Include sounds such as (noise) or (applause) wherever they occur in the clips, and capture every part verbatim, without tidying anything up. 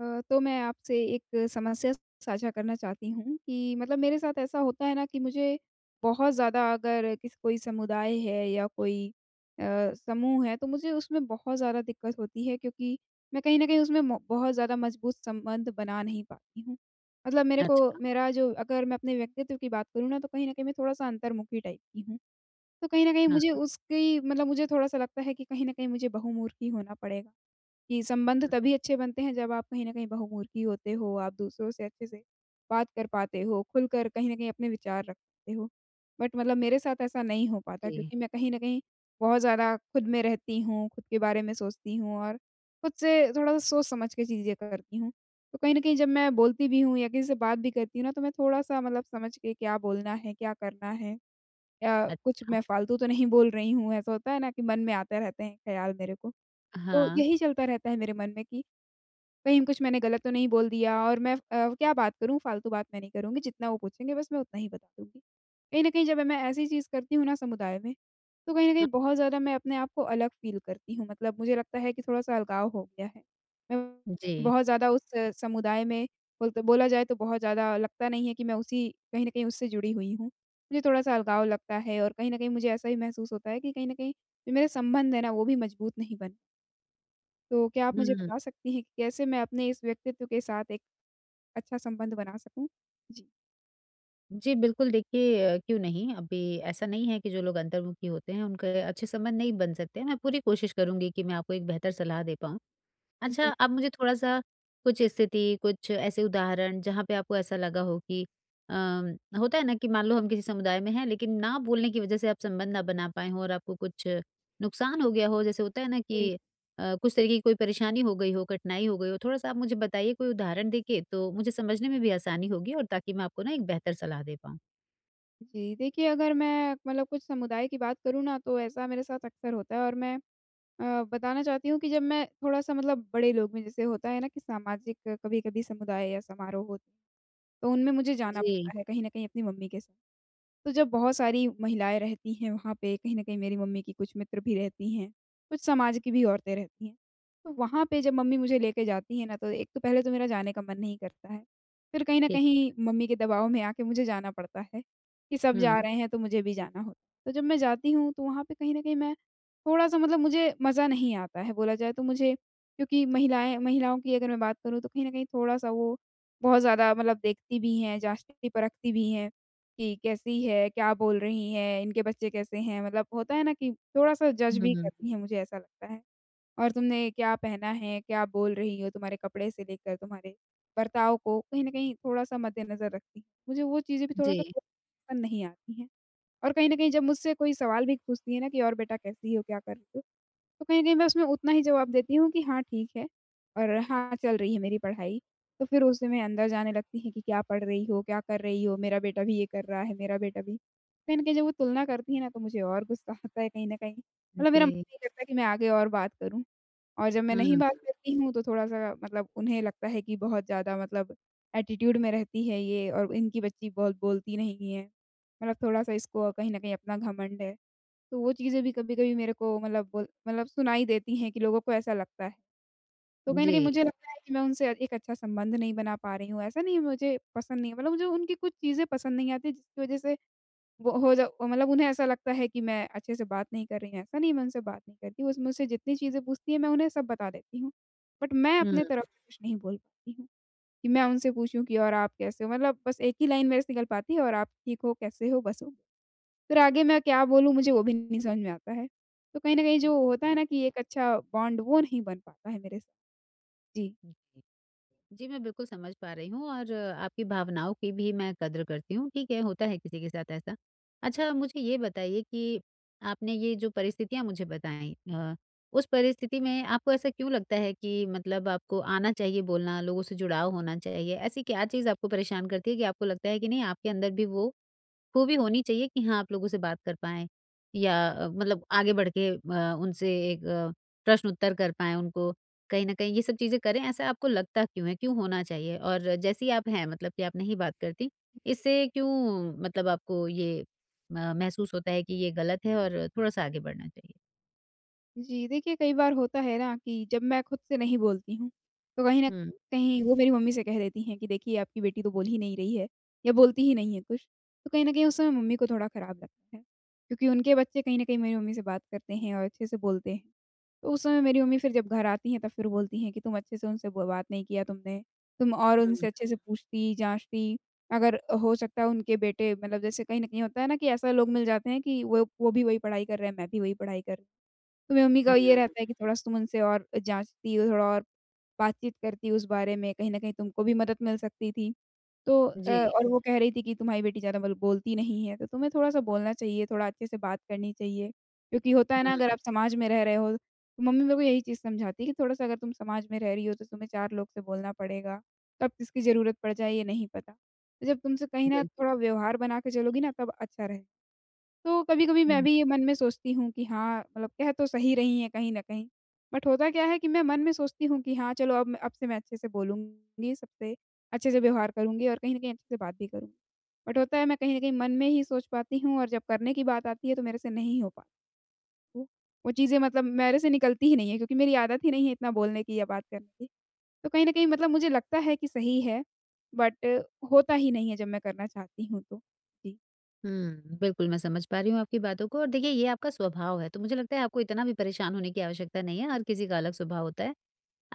अ, तो मैं आपसे एक समस्या साझा करना चाहती हूँ कि मतलब मेरे साथ ऐसा होता है ना कि मुझे बहुत ज़्यादा, अगर किस कोई समुदाय है या कोई अ, समूह है, तो मुझे उसमें बहुत ज़्यादा दिक्कत होती है, क्योंकि मैं कहीं न कहीं उसमें मो बहुत ज़्यादा मजबूत संबंध बना नहीं पाती हूँ। मतलब मेरे को अच्छा, मेरा जो, अगर मैं अपने व्यक्तित्व की बात करूँ ना, तो कहीं न कहीं मैं थोड़ा-सा अंतर्मुखी टाइप की हूँ। तो कहीं न कहीं हाँ, मुझे उसकी मतलब मुझे थोड़ा-सा लगता है कि कहीं न कहीं मुझे बहुमुखी होना पड़ेगा। कि संबंध तभी अच्छे बनते हैं जब आप कहीं न कहीं बहुमुखी होते हो, आप दूसरों से अच्छे से बात कर पाते हो, खुलकर कहीं न कहीं अपने विचार रखते हो। बट मतलब मेरे साथ ऐसा नहीं हो पाता, जी। क्योंकि मैं कहीं न कहीं बहुत ज़्यादा खुद में रहती हूँ, खुद के बारे में सोचती हूँ और खुद से थोड़ा-सा सोच समझ के चीज़ें करती हूँ। तो कहीं न कहीं जब मैं बोलती भी हूँ या किसी से बात भी करती हूँ ना, तो मैं थोड़ा-सा मतलब समझ के क्या बोलना है, क्या करना है, या कुछ अच्छा, मैं फालतू तो नहीं बोल रही हूँ, ऐसा होता है ना कि मन में आते रहते हैं ख़्याल मेरे को। तो हाँ, यही चलता रहता है मेरे मन में कि कहीं कुछ मैंने गलत तो नहीं बोल दिया, और मैं अ, क्या बात करूँ, फालतू बात मैं नहीं करूँगी, जितना वो पूछेंगे बस मैं उतना ही बता दूँगी। कहीं न कहीं जब मैं ऐसी चीज़ करती हूँ ना समुदाय में, तो कहीं न कहीं हाँ, बहुत ज़्यादा मैं अपने आप को अलग फ़ील करती हूँ। मतलब मुझे लगता है कि थोड़ा-सा अलगाव हो गया है। मैं जी। बहुत ज़्यादा उस समुदाय में, बोलते बोला जाए तो बहुत ज़्यादा लगता नहीं है कि मैं उसी, कहीं न कहीं उससे जुड़ी हुई हूँ। मुझे थोड़ा-सा अलगाव लगता है, और कहीं न कहीं मुझे ऐसा ही महसूस होता है कि कहीं न कहीं जो मेरे संबंध है ना, वो भी मजबूत नहीं बन। तो क्या आप मुझे हुँ, बता सकती हैं कि कैसे मैं अपने इस व्यक्तित्व के साथ एक अच्छा संबंध बना सकूँ? जी। जी, बिल्कुल देखिए अ, क्यों नहीं? अभी ऐसा नहीं है कि जो लोग अंतर्मुखी होते हैं, उनके अच्छे संबंध नहीं बन सकते हैं। मैं पूरी कोशिश करूँगी कि मैं आपको एक बेहतर सलाह दे पाऊँ। जी, अच्छा, जी, आप मुझे थोड़ा-सा कुछ स्थिति, कुछ ऐसे उदाहरण जहाँ पे आपको ऐसा लगा हो कि अम, होता है ना कि मान लो हम किसी समुदाय में हैं, लेकिन ना बोलने की वजह से आप संबंध ना बना पाएँ हों और आपको कुछ नुकसान हो गया हो, जैसे होता है ना कि अ, कुछ तरीके की कोई परेशानी हो गई हो, कठिनाई हो गई हो, थोड़ा-सा आप मुझे बताइए कोई उदाहरण देके, तो मुझे समझने में भी आसानी होगी और ताकि मैं आपको ना एक बेहतर सलाह दे पाऊँ। जी। देखिए, अगर मैं मतलब कुछ समुदाय की बात करूँ ना, तो ऐसा मेरे साथ अक्सर होता है। और मैं अ, बताना चाहती हूँ कि जब मैं थोड़ा-सा मतलब बड़े लोग में, जैसे होता है ना कि सामाजिक कभी-कभी समुदाय या समारोह होते हैं, तो उनमें मुझे जाना जी, पड़ता है कहीं न कहीं अपनी मम्मी के साथ। तो जब बहुत सारी महिलाएँ रहती हैं वहाँ पे, कहीं न कहीं मेरी मम्मी की कुछ मित्र भी रहती हैं, कुछ समाज की भी औरतें रहती हैं। तो वहाँ पे जब मम्मी मुझे लेके जाती हैं ना, तो एक तो पहले तो मेरा जाने का मन नहीं करता है। फिर कहीं न ठीक। कहीं मम्मी के दबाव में आके मुझे जाना पड़ता है, कि सब जा हुँ, रहे हैं तो मुझे भी जाना होता है। तो जब मैं जाती हूँ, तो वहाँ पे कहीं न कहीं मैं थोड़ा-सा, मतलब मुझे मज़ा नहीं आता है बोला जाए तो, मुझे, क्योंकि महिलाएँ महिलाओं की अगर मैं बात करूँ, तो कहीं न कहीं थोड़ा-सा वो बहुत ज़्यादा मतलब देखती भी हैं, जाँचती परखती भी हैं। कि कैसी है, क्या बोल रही हैं, इनके बच्चे कैसे हैं, मतलब होता है ना कि थोड़ा-सा जज भी हुँ, करती हैं, मुझे ऐसा लगता है। और तुमने क्या पहना है, क्या बोल रही हो, तुम्हारे कपड़े से लेकर तुम्हारे बर्ताव को कहीं न कहीं थोड़ा-सा मद्देनज़र रखती हैं। मुझे वो चीज़ें भी जी, थोड़ा-सा जी, पसंद नहीं आती हैं। और कहीं न कहीं जब मुझसे कोई सवाल भी पूछती है ना कि, और बेटा कैसी हो, क्या कर रही हो? तो कहीं न कहीं मैं उसमें उतना ही जवाब देती हूँ कि हाँ, ठीक है और हाँ, चल रही है मेरी पढ़ाई। तो फिर उससे मैं अंदर जाने लगती है कि क्या पढ़ रही हो, क्या कर रही हो, मेरा बेटा भी ये कर रहा है, मेरा बेटा भी। कहीं न कहीं जब वो तुलना करती है ना, तो मुझे और गुस्सा आता है कहीं न कहीं। हुँ, मतलब मेरा मन जी, नहीं करता कि मैं आगे और बात करूँ। और जब मैं नहीं बात हुँ, करती हूँ, तो थोड़ा-सा मतलब उन्हें लगता है कि बहुत ज़्यादा मतलब एटीट्यूड में रहती है ये और इनकी बच्ची बहुत बोलती नहीं है। मतलब थोड़ा-सा इसको कहीं न कहीं अपना घमंड है। तो वो चीज़ें भी कभी-कभी मेरे को मतलब बोल मतलब सुनाई देती हैं कि लोगों को ऐसा लगता है। तो कहीं न जी, कहीं मुझे लगता है कि मैं उनसे एक अच्छा संबंध नहीं बना पा रही हूँ। ऐसा नहीं है मुझे पसंद नहीं है, मतलब मुझे उनकी कुछ चीज़ें पसंद नहीं आती जिसकी वज़ह से वो हो जा मतलब उन्हें ऐसा लगता है कि मैं अच्छे से बात नहीं कर रही हूँ। ऐसा नहीं है मैं उनसे बात नहीं करती, वो मुझसे जितनी चीज़ें पूछती हैं मैं उन्हें सब बता देती हूँ। बट मैं हुँ, अपने तरफ से कुछ नहीं बोल पाती हूँ कि मैं उनसे पूछूँ कि और आप कैसे हो? मतलब बस एक ही लाइन मेरे से निकल पाती है, और आप ठीक हो, कैसे हो? बस हो। फिर आगे मैं क्या बोलूँ मुझे वो भी नहीं समझ में आता है। तो कहीं न कहीं जो होता है ना कि एक अच्छा बॉन्ड वो नहीं बन पाता है मेरे साथ। जी। हुँ। जी, मैं बिल्कुल समझ पा रही हूँ और आपकी भावनाओं की भी मैं कद्र करती हूँ, ठीक है, होता है किसी के साथ ऐसा। अच्छा मुझे ये बताइए कि आपने ये जो परिस्थितियाँ मुझे बताई अ, उस परिस्थिति में आपको ऐसा क्यों लगता है कि मतलब आपको आना चाहिए बोलना, लोगों से जुड़ाव होना चाहिए? ऐसी क्या चीज़ आपको परेशान करती है कि आपको लगता है कि नहीं आपके अंदर भी वो वो भी होनी चाहिए कि हाँ, आप लोगों से बात कर पाएँ या अ, मतलब आगे बढ़ के अ, उनसे एक अ, प्रश्न उत्तर कर पाएँ उनको, कहीं न कहीं ये सब चीज़ें करें, ऐसा आपको लगता क्यों है? क्यों होना चाहिए? और जैसी आप हैं मतलब कि आप नहीं बात करती, इससे क्यों मतलब आपको ये म महसूस होता है कि ये गलत है और थोड़ा-सा आगे बढ़ना चाहिए? जी, देखिए कई बार होता है ना कि जब मैं खुद से नहीं बोलती हूँ, तो कहीं न हुँ, कहीं वो मेरी मम्मी से कह देती हैं कि देखिए आपकी बेटी तो बोल ही नहीं रही है या बोलती ही नहीं है कुछ। तो कहीं न कहीं उस समय मम्मी को थोड़ा ख़राब लगता है, क्योंकि उनके बच्चे कहीं न कहीं मेरी मम्मी से बात करते हैं और अच्छे से बोलते हैं। तो उस समय मेरी मम्मी फिर जब घर आती हैं तब फिर बोलती हैं कि तुम अच्छे से उनसे ब बात नहीं किया तुमने, तुम और उनसे हुँ, अच्छे से पूछती, जाँचती, अगर हो सकता है उनके बेटे मतलब जैसे कहीं न कहीं होता है ना कि ऐसा लोग मिल जाते हैं कि वो वो भी वही पढ़ाई कर रहे हैं, मैं भी वही पढ़ाई कर रही हूँ। तो मेरी मम्मी का ये हाँ, रहता है कि थोड़ा-सा तुम उनसे और जाँचती हो, थोड़ा और बातचीत करती उस बारे में, कहीं न कहीं तुमको भी मदद मिल सकती थी। तो अ, जी, और वो कह रही थी कि तुम्हारी बेटी ज़्यादा बल बोलती नहीं है, तो तुम्हें थोड़ा-सा बोलना चाहिए, थोड़ा अच्छे से बात करनी चाहिए। क्योंकि होता है ना अगर हुँ, आप समाज में रह रहे हो, तो मम्मी मेरे को यही चीज़ समझाती है कि थोड़ा-सा अगर तुम समाज में रह रही हो, तो तुम्हें चार लोग से बोलना पड़ेगा, कब किसकी ज़रूरत पड़ जाए ये नहीं पता। तो जब तुमसे कहीं न बिल्कुल, थोड़ा व्यवहार बना के चलोगी ना तब अच्छा रहे। तो कभी-कभी मैं हुँ। भी ये मन में सोचती हूँ कि हाँ, मतलब कह तो सही रही हैं कहीं न कहीं। बट होता क्या है कि मैं मन में सोचती हूँ कि हाँ, चलो अब मैं अब से मैं अच्छे से बोलूँगी, सबसे अच्छे से व्यवहार करूँगी और कहीं न कहीं अच्छे से बात भी करूँगी। बट होता है मैं कहीं न कहीं मन में ही सोच पाती हूँ, और जब करने की बात आती है तो मेरे से नहीं हो पाती वो। वो चीज़ें मतलब मेरे से निकलती ही नहीं है, क्योंकि मेरी आदत ही नहीं है इतना बोलने की या बात करने की। तो कहीं न कहीं मतलब मुझे लगता है कि सही है, बट होता ही नहीं है जब मैं करना चाहती हूँ तो। जी। हुँ, बिल्कुल मैं समझ पा रही हूँ आपकी बातों को और देखिए ये आपका स्वभाव है, तो मुझे लगता है आपको इतना भी परेशान होने की आवश्यकता नहीं है, हर किसी का अलग स्वभाव होता है।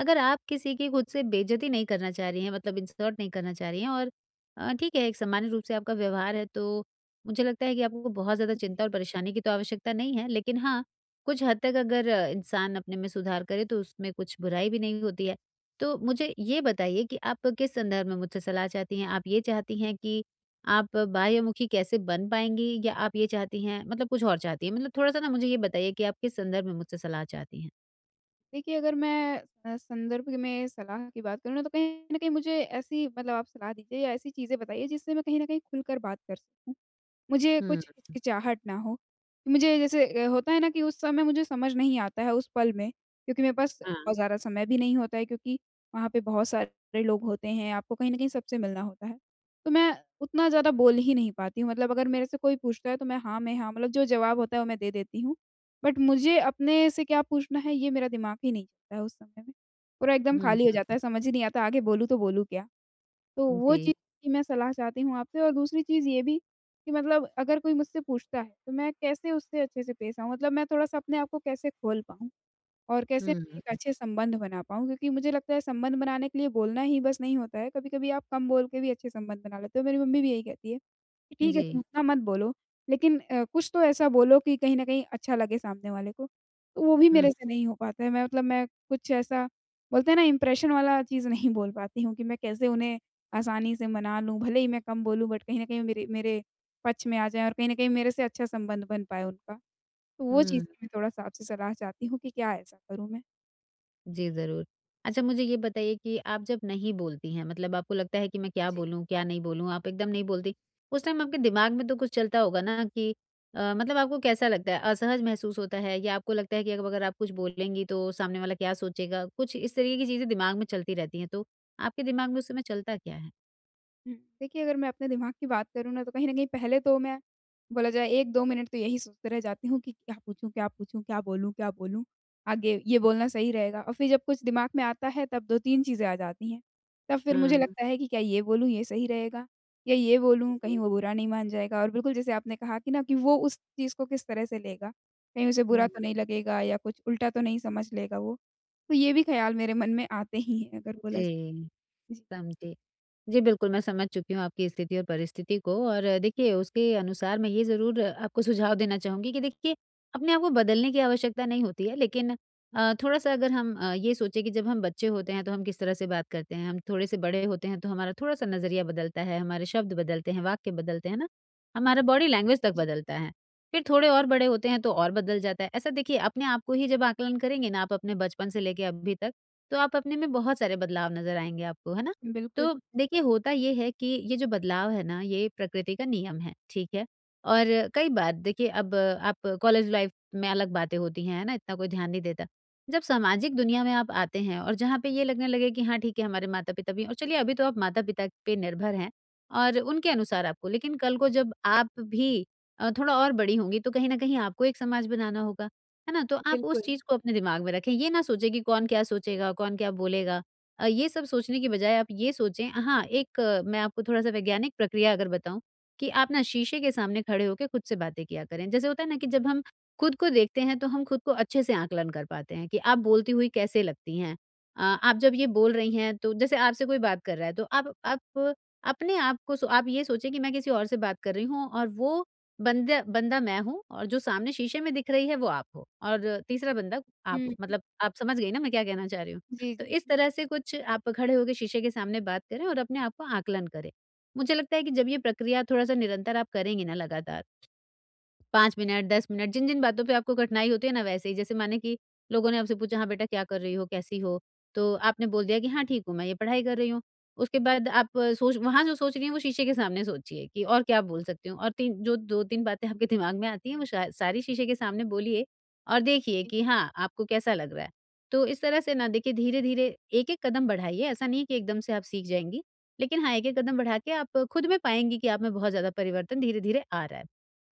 अगर आप किसी की खुद से बेइज़्ज़ती नहीं करना चाह रही हैं मतलब इंसल्ट नहीं करना चाह रही हैं और अ, ठीक है, एक सामान्य रूप से आपका व्यवहार है तो मुझे लगता है कि आपको बहुत ज़्यादा चिंता और परेशानी की तो आवश्यकता नहीं है। लेकिन हाँ, कुछ हद तक अगर अ, इंसान अपने में सुधार करे तो उसमें कुछ बुराई भी नहीं होती है। तो मुझे ये बताइए कि आप किस संदर्भ में मुझसे सलाह चाहती हैं? आप ये चाहती हैं कि आप बाह्यमुखी कैसे बन पाएँगी या आप ये चाहती हैं मतलब कुछ और चाहती हैं? मतलब थोड़ा-सा ना मुझे ये बताइए कि आप किस संदर्भ में मुझसे सलाह चाहती हैं? देखिए, अगर मैं अ, संदर्भ में सलाह की बात करूँ ना, तो कहीं न कहीं मुझे ऐसी मतलब आप सलाह दीजिए या ऐसी चीज़ें बताइए जिससे मैं कहीं न कहीं खुलकर बात कर सकूँ। मुझे हुँ, कुछ हिचकिचाहट ना हो। मुझे जैसे अ, होता है ना कि उस समय मुझे समझ नहीं आता है उस पल में, क्योंकि मेरे पास हाँ। बहुत ज़्यादा समय भी नहीं होता है, क्योंकि वहाँ पे बहुत सारे लोग होते हैं, आपको कहीं न कहीं सबसे मिलना होता है। तो मैं उतना ज़्यादा बोल ही नहीं पाती हूँ, मतलब अगर मेरे से कोई पूछता है तो मैं हाँ में हाँ, मतलब जो जवाब होता है वो मैं दे देती हूँ। बट मुझे अपने से क्या पूछना है ये मेरा दिमाग ही नहीं चलता है उस समय में। पूरा एकदम हुँ, खाली हो जाता हुँ। है, समझ ही नहीं आता आगे बोलूँ तो बोलूँ क्या? तो वो जी। चीज़ की मैं सलाह चाहती हूँ आपसे, और दूसरी चीज़ ये भी कि मतलब अगर कोई मुझसे पूछता है, तो मैं कैसे उससे अच्छे से पेश आऊँ? मतलब मैं थोड़ा-सा अपने आप को कैसे खोल पाऊँ? और कैसे हुँ, मैं हुँ, एक हुँ। अच्छे संबंध बना पाऊँ, क्योंकि मुझे लगता है संबंध बनाने के लिए बोलना ही बस नहीं होता है, कभी-कभी आप कम बोल के भी अच्छे संबंध बना लेते हो। मेरी मम्मी भी यही कहती है कि ठीक है जी। तुम उतना मत बोलो, लेकिन अ, कुछ तो ऐसा बोलो कि कहीं न कहीं अच्छा लगे सामने वाले को। तो वो भी हुँ, मेरे से नहीं हो पाता है, मैं मतलब मैं कुछ ऐसा बोलते हैं ना इम्प्रेशन वाला चीज़ नहीं (laughs) बोल पाती हूँ कि मैं कैसे उन्हें आसानी से मना लूँ, भले ही मैं कम बोलूँ बट कहीं न कहीं मेरे मेरे पक्ष में आ जाएँ और कहीं न कहीं मेरे से अच्छा संबंध बन पाए उनका। तो वो चीज़ हुँ। की मैं थोड़ा-सा आपसे सलाह चाहती हूँ कि क्या ऐसा करूँ मैं? जी, ज़रूर। अच्छा मुझे ये बताइए कि आप जब नहीं बोलती हैं, मतलब आपको लगता है कि मैं क्या जी। बोलूँ, क्या नहीं बोलूँ, आप एकदम नहीं बोलती। उस टाइम आपके दिमाग में तो कुछ चलता होगा ना कि अ, मतलब आपको कैसा लगता है? असहज महसूस होता है या आपको लगता है कि अब अगर आप कुछ बोलेंगी तो सामने वाला क्या सोचेगा? कुछ इस तरीके की चीज़ें दिमाग में चलती रहती हैं, तो आपके दिमाग में उस समय चलता क्या है? हुँ। देखिए, अगर मैं अपने दिमाग की बात करूँ ना, तो कहीं न कहीं पहले तो मैं बोला जाए एक-दो मिनट तो यही सोचते रह जाती हूँ कि क्या पूछूँ, क्या पूछूँ, क्या बोलूँ, क्या बोलूँ? आगे ये बोलना सही रहेगा, और फिर जब कुछ दिमाग में आता है, तब दो-तीन चीज़ें आ जाती हैं। तब फिर मुझे हाँ। लगता है कि क्या ये बोलूँ, ये सही रहेगा? या ये बोलूँ, कहीं जी। वो बुरा नहीं मान जाएगा? और बिल्कुल जैसे आपने कहा कि ना कि वो उस चीज़ को किस तरह से लेगा? कहीं उसे बुरा हुँ। तो नहीं लगेगा या कुछ उल्टा तो नहीं समझ लेगा वो? तो ये भी ख़्याल मेरे मन में आते ही हैं, अगर बोला जाए। जी, जी। समझी। जी, बिल्कुल, मैं समझ चुकी हूँ आपकी स्थिति और परिस्थिति को और अ, देखिए उसके अनुसार मैं ये ज़रूर अ, आपको सुझाव देना चाहूँगी कि देखिए, अपने आप को बदलने की आवश्यकता नहीं होती है लेकिन अ, थोड़ा-सा अगर हम अ, ये सोचें कि जब हम बच्चे होते हैं तो हम किस तरह से बात करते हैं, हम थोड़े से बड़े होते हैं तो हमारा थोड़ा-सा नज़रिया बदलता है, हमारे शब्द बदलते हैं, वाक्य बदलते हैं ना, हमारा बॉडी लैंग्वेज तक बदलता है। फिर थोड़े और बड़े होते हैं तो और बदल जाता है। ऐसा देखिए अपने आप को ही जब आकलन करेंगे ना आप अपने बचपन से लेके अभी तक, तो आप अपने में बहुत सारे बदलाव नज़र आएँगे आपको, है ना? बिल्कुल, तो देखिए होता ये है कि ये जो बदलाव है ना ये प्रकृति का नियम है, ठीक है? और कई बार देखिए अब आप कॉलेज लाइफ में अलग बातें होती हैं, है ना? इतना कोई ध्यान नहीं देता। जब सामाजिक दुनिया में आप आते हैं और जहाँ पे ये लगने लगे कि हाँ ठीक है हमारे माता-पिता भी और चलिए अभी तो आप माता-पिता पे निर्भर हैं और उनके अनुसार आपको लेकिन कल को जब आप भी अ, थोड़ा और बड़ी होंगी तो कहीं न कहीं आपको एक समाज बनाना होगा, है ना? तो आप बिल्कुल। उस चीज़ को अपने दिमाग में रखें। ये ना सोचें कि कौन क्या सोचेगा, कौन क्या बोलेगा। अ, ये सब सोचने की बजाय आप ये सोचें हाँ, एक अ, मैं आपको थोड़ा-सा वैज्ञानिक प्रक्रिया अगर बताऊँ कि आप ना शीशे के सामने खड़े होके खुद से बातें किया करें। जैसे होता है ना कि जब हम खुद को देखते हैं, तो हम खुद को अच्छे से आकलन कर पाते हैं कि आप बोलती हुई कैसे लगती हैं। अ, आप जब ये बोल रही हैं, तो जैसे आपसे कोई बात कर रहा है, तो आप आप अपने आप को सो आप ये सोचें कि मैं किसी और से बात कर रही हूँ और वो बंदा बंदा मैं हूँ और जो सामने शीशे में दिख रही है, वो आप हो और तीसरा बंदा आप हो। हुँ। मतलब आप समझ गई ना मैं क्या कहना चाह रही हूँ? जी, तो इस तरह से कुछ आप खड़े होके शीशे के सामने बात करें और अपने आप को आकलन करें। मुझे लगता है कि जब ये प्रक्रिया थोड़ा-सा निरंतर आप करेंगी ना लगातार, पाँच मिनट, दस मिनट, जिन-जिन बातों पे आपको कठिनाई होती है ना वैसे ही, जैसे माने कि लोगों ने आपसे पूछा, "हाँ बेटा क्या कर रही हो? कैसी हो?" तो आपने बोल दिया कि, "हाँ ठीक हूँ मैं, ये पढ़ाई कर रही हूँ।" उसके बाद आप अ, सोच वहाँ जो सोच रही हैं वो शीशे के सामने सोचिए कि और क्या बोल सकती हूँ और 3 जो दो तीन बातें आपके दिमाग में आती हैं वो शाय सारी शीशे के सामने बोलिए और देखिए जी, कि हाँ, आपको कैसा लग रहा है। तो इस तरह से ना देखिए धीरे-धीरे एक-एक कदम बढ़ाइए, ऐसा नहीं है कि एकदम से आप सीख जाएँगी, लेकिन हाँ, एक-एक कदम बढ़ा के आप खुद में पाएँगी कि आप में बहुत ज़्यादा परिवर्तन धीरे-धीरे आ रहा है।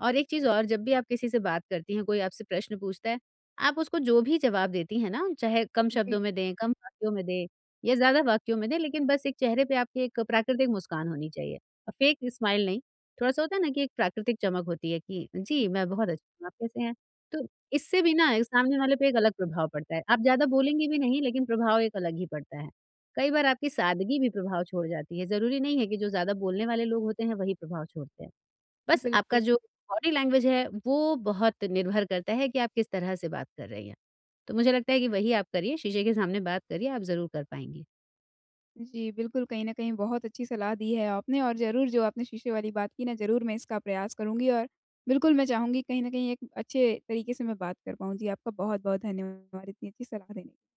और एक चीज़ और जब भी आप किसी से बात करती हैं, कोई आपसे प्रश्न पूछता है, आप उसको जो भी जवाब देती हैं ना, चाहे कम जी, शब्दों में दें, कम वाक्यों में दें या ज़्यादा वाक्यों में दें, लेकिन बस एक चेहरे पे आपके एक प्राकृतिक मुस्कान होनी चाहिए। अ, फेक स्माइल नहीं, थोड़ा-सा होता है ना कि एक प्राकृतिक चमक होती है कि जी, जी, मैं बहुत अच्छी हूँ, आप कैसे हैं? तो इससे भी ना एक सामने वाले पे एक अलग प्रभाव पड़ता है। आप ज़्यादा बोलेंगी भी नहीं, लेकिन प्रभाव एक अलग ही पड़ता है। कई बार आपकी सादगी भी प्रभाव छोड़ जाती है, ज़रूरी नहीं है कि जो ज़्यादा बोलने वाले लोग होते हैं, वही प्रभाव छोड़ते हैं। बस आपका बिल्कुल। जो बॉडी लैंग्वेज है वो बहुत निर्भर करता है कि आप किस तरह से बात कर रही हैं। तो मुझे लगता है कि वही आप करिए, शीशे के सामने बात करिए, आप ज़रूर कर पाएँगी। जी, बिल्कुल, कहीं न कहीं बहुत अच्छी सलाह दी है आपने, और ज़रूर जो आपने शीशे वाली बात की ना, ज़रूर मैं इसका प्रयास करूँगी, और बिल्कुल मैं चाहूँगी कहीं न कहीं एक अच्छे तरीके से मैं बात कर पाऊँ। जी, आपका बहुत-बहुत धन्यवाद इतनी अच्छी सलाह देने के लिए।